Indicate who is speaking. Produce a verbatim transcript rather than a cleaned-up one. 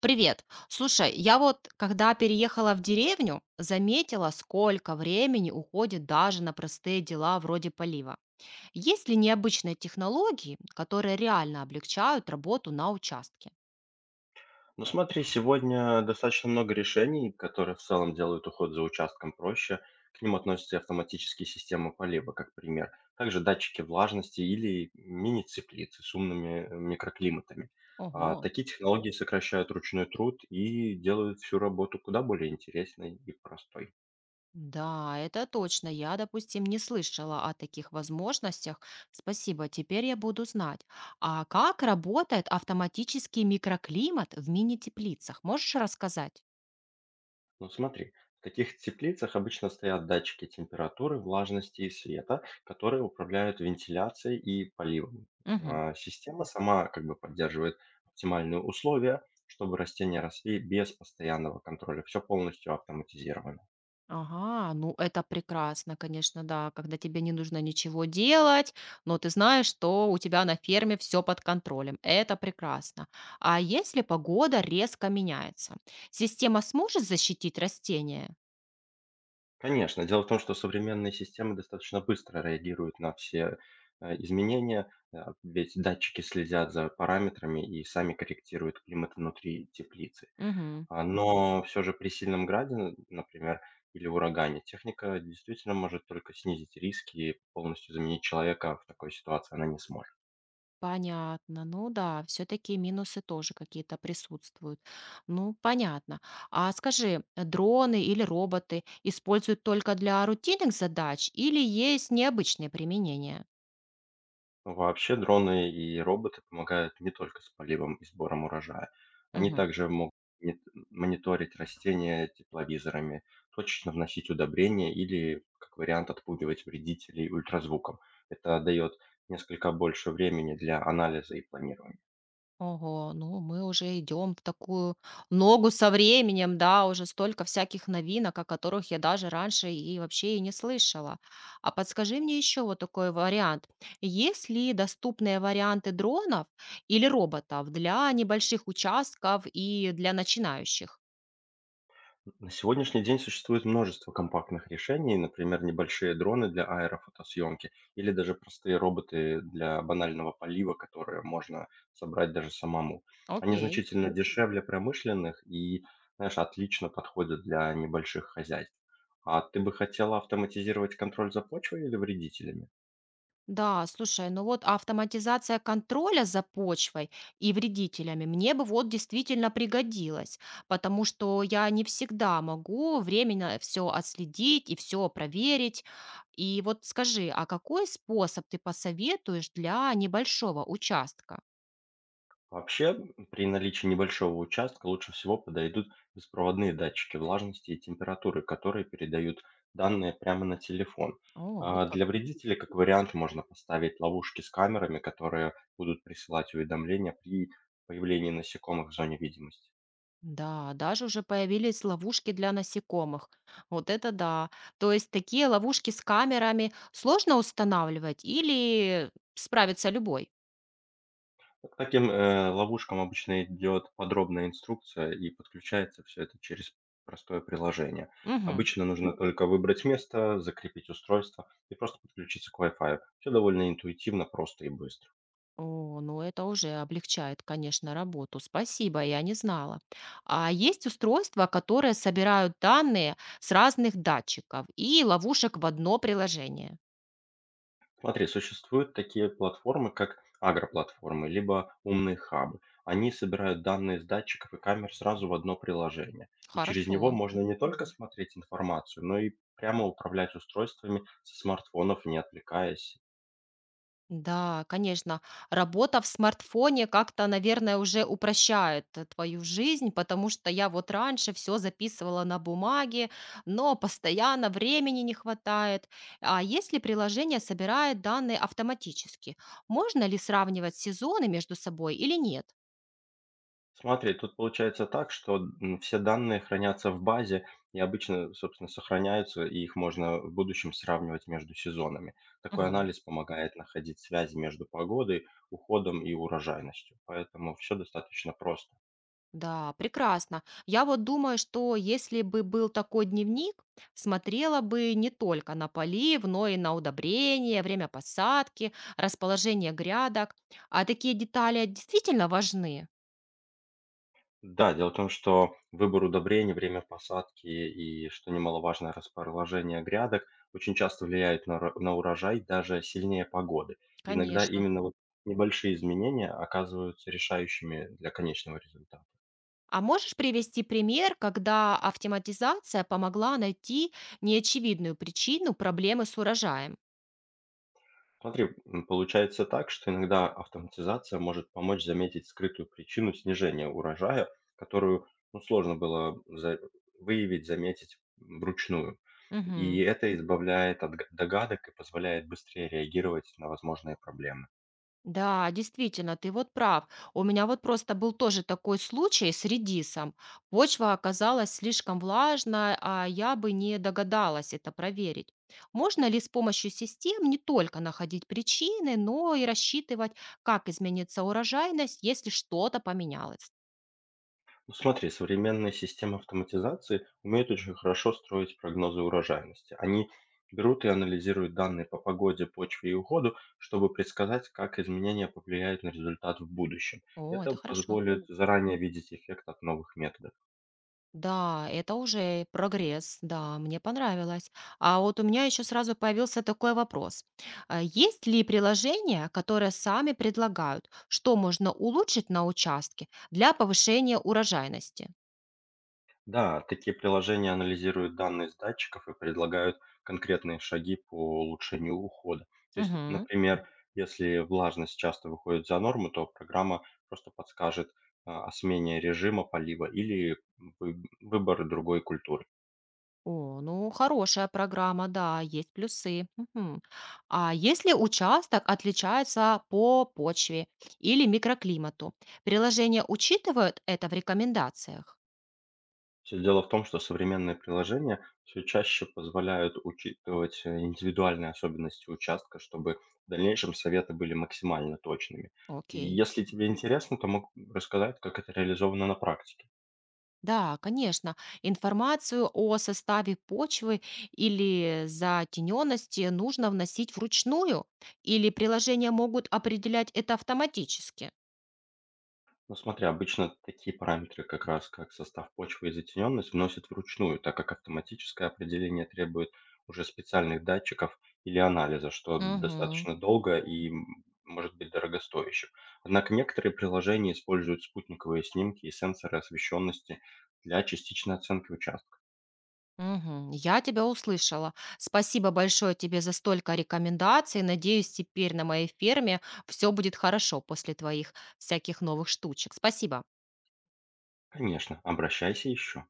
Speaker 1: Привет. Слушай, я вот, когда переехала в деревню, заметила, сколько времени уходит даже на простые дела вроде полива. Есть ли необычные технологии, которые реально облегчают работу на участке?
Speaker 2: Ну смотри, сегодня достаточно много решений, которые в целом делают уход за участком проще. К ним относятся и автоматические системы полива, как пример. Также датчики влажности или мини-теплицы с умными э, микроклиматами. А,
Speaker 1: Ого.
Speaker 2: такие технологии сокращают ручной труд и делают всю работу куда более интересной и простой.
Speaker 1: Да, это точно. Я, допустим, не слышала о таких возможностях. Спасибо, теперь я буду знать. А как работает автоматический микроклимат в мини-теплицах? Можешь рассказать?
Speaker 2: Ну смотри, в таких теплицах обычно стоят датчики температуры, влажности и света, которые управляют вентиляцией и поливом. А, Система сама как бы поддерживает оптимальные условия, чтобы растения росли без постоянного контроля. Все полностью автоматизировано.
Speaker 1: Ага, ну это прекрасно, конечно, да, когда тебе не нужно ничего делать, но ты знаешь, что у тебя на ферме все под контролем. Это прекрасно. А если погода резко меняется, система сможет защитить растения?
Speaker 2: Конечно, дело в том, что современные системы достаточно быстро реагируют на все э, изменения, э, ведь датчики следят за параметрами и сами корректируют климат внутри теплицы.
Speaker 1: Мгм,
Speaker 2: А, но все же при сильном граде, н например, или урагане, техника действительно может только снизить риски, и полностью заменить человека в такой ситуации она не сможет.
Speaker 1: понятно. Ну да, все-таки минусы тоже какие-то присутствуют. Ну, понятно. А скажи, э, дроны или роботы используют только для рутинных задач или есть необычные применения?
Speaker 2: Вообще дроны и роботы помогают не только с поливом и сбором урожая. Они также могут мит мониторить растения тепловизорами, точечно вносить удобрения или, как вариант, отпугивать вредителей ультразвуком. Это дает несколько больше времени для анализа и планирования.
Speaker 1: Ого, ну мы уже идем в такую ногу со временем, да, уже столько всяких новинок, о которых я даже раньше и вообще и не слышала. А подскажи мне еще вот такой вариант. Есть ли доступные варианты дронов или роботов для небольших участков и для начинающих?
Speaker 2: На сегодняшний день существует множество компактных решений, например, небольшие дроны для аэрофотосъемки или даже простые роботы для банального полива, которые можно собрать даже самому. Они
Speaker 1: Окей.
Speaker 2: значительно дешевле промышленных и, знаешь, отлично подходят для небольших хозяйств. А ты бы хотела автоматизировать контроль за почвой или вредителями?
Speaker 1: Да, слушай, ну вот автоматизация контроля за почвой и вредителями мне бы вот действительно пригодилась, потому что я не всегда могу временно все отследить и все проверить. И вот скажи, а какой способ ты посоветуешь для небольшого участка?
Speaker 2: Вообще, при наличии небольшого участка лучше всего подойдут беспроводные датчики влажности и температуры, которые передают данные прямо на телефон.
Speaker 1: О,
Speaker 2: А,
Speaker 1: вот
Speaker 2: Для
Speaker 1: как.
Speaker 2: вредителей, как вариант, можно поставить ловушки с камерами, которые будут присылать уведомления при появлении насекомых в зоне видимости.
Speaker 1: Да, даже уже появились ловушки для насекомых. Вот это да. То есть такие ловушки с камерами сложно устанавливать или справится любой?
Speaker 2: К таким, э, ловушкам обычно идет подробная инструкция, и подключается все это через простое приложение.
Speaker 1: Мгм.
Speaker 2: Обычно нужно только выбрать место, закрепить устройство и просто подключиться к Wi-Fi. Все довольно интуитивно, просто и быстро.
Speaker 1: О, ну это уже облегчает, конечно, работу. Спасибо, я не знала. А есть устройства, которые собирают данные с разных датчиков и ловушек в одно приложение.
Speaker 2: Смотри, существуют такие платформы, как агроплатформы, либо умные хабы. Они собирают данные с датчиков и камер сразу в одно приложение. И через него
Speaker 1: Хорошо.
Speaker 2: можно не только смотреть информацию, но и прямо управлять устройствами со смартфонов, не отвлекаясь.
Speaker 1: Да, конечно. Работа в смартфоне как-то, наверное, уже упрощает э, твою жизнь, потому что я вот раньше все записывала на бумаге, но постоянно времени не хватает. А если приложение собирает данные автоматически, можно ли сравнивать сезоны между собой или нет?
Speaker 2: Смотри, тут получается так, что, м, все данные хранятся в базе и обычно, собственно, сохраняются, и их можно в будущем сравнивать между сезонами. Такой анализ помогает находить связи между погодой, уходом и урожайностью, поэтому все достаточно просто.
Speaker 1: Да, прекрасно. Я вот думаю, что если бы был такой дневник, смотрела бы не только на полив, но и на удобрение, время посадки, расположение грядок. А такие детали действительно важны,
Speaker 2: Да, дело в том, что выбор удобрений, время посадки и, что немаловажно, расположение грядок очень часто влияют на ра на урожай даже сильнее погоды. Иногда
Speaker 1: конечно.
Speaker 2: именно вот небольшие изменения оказываются решающими для конечного результата.
Speaker 1: А можешь привести пример, когда автоматизация помогла найти неочевидную причину проблемы с урожаем?
Speaker 2: Смотри, м, получается так, что иногда автоматизация может помочь заметить скрытую причину снижения урожая, которую, ну, сложно было за- выявить, заметить вручную. И это избавляет от г- догадок и позволяет быстрее реагировать на возможные проблемы.
Speaker 1: Да, действительно, ты вот прав. У меня вот просто был тоже такой случай с редисом. Почва оказалась слишком влажная, а я бы не догадалась это проверить. Можно ли с помощью систем не только находить причины, но и рассчитывать, как изменится урожайность, если что-то поменялось?
Speaker 2: Ну, смотри, современные системы автоматизации умеют очень хорошо строить прогнозы урожайности. Они берут и анализируют данные по погоде, почве и уходу, чтобы предсказать, как изменения повлияют на результат в будущем.
Speaker 1: О,
Speaker 2: Это
Speaker 1: это хорошо.
Speaker 2: позволит заранее видеть эффект от новых методов.
Speaker 1: Да, это уже прогресс, да, мне понравилось. А вот у меня еще сразу появился такой вопрос. А есть ли приложения, которые сами предлагают, что можно улучшить на участке для повышения урожайности?
Speaker 2: Да, такие приложения анализируют данные с датчиков и предлагают конкретные шаги по улучшению ухода. То есть,
Speaker 1: Мгм.
Speaker 2: например, если влажность часто выходит за норму, то программа просто подскажет а, о смене режима полива или вы- выбор другой культуры.
Speaker 1: О, ну хорошая программа, да, есть плюсы. Мгм. А если участок отличается по почве или микроклимату, приложения учитывают это в рекомендациях?
Speaker 2: Все дело в том, что современные приложения все чаще позволяют учитывать э, индивидуальные особенности участка, чтобы в дальнейшем советы были максимально точными. И
Speaker 1: Окей.
Speaker 2: если тебе интересно, то могу рассказать, как это реализовано на практике.
Speaker 1: Да, конечно. Информацию о составе почвы или затененности нужно вносить вручную, или приложения могут определять это автоматически.
Speaker 2: Ну смотри, обычно такие параметры, как раз как состав почвы и затененность, вносят вручную, так как автоматическое определение требует уже специальных датчиков или анализа, что
Speaker 1: Мгм.
Speaker 2: достаточно долго и м, может быть дорогостоящим. Однако некоторые приложения используют спутниковые снимки и сенсоры освещенности для частичной оценки участка.
Speaker 1: Мгм. Я тебя услышала. Спасибо большое тебе за столько рекомендаций. Надеюсь, теперь на моей ферме все будет хорошо после твоих всяких новых штучек. Спасибо.
Speaker 2: Конечно, обращайся еще.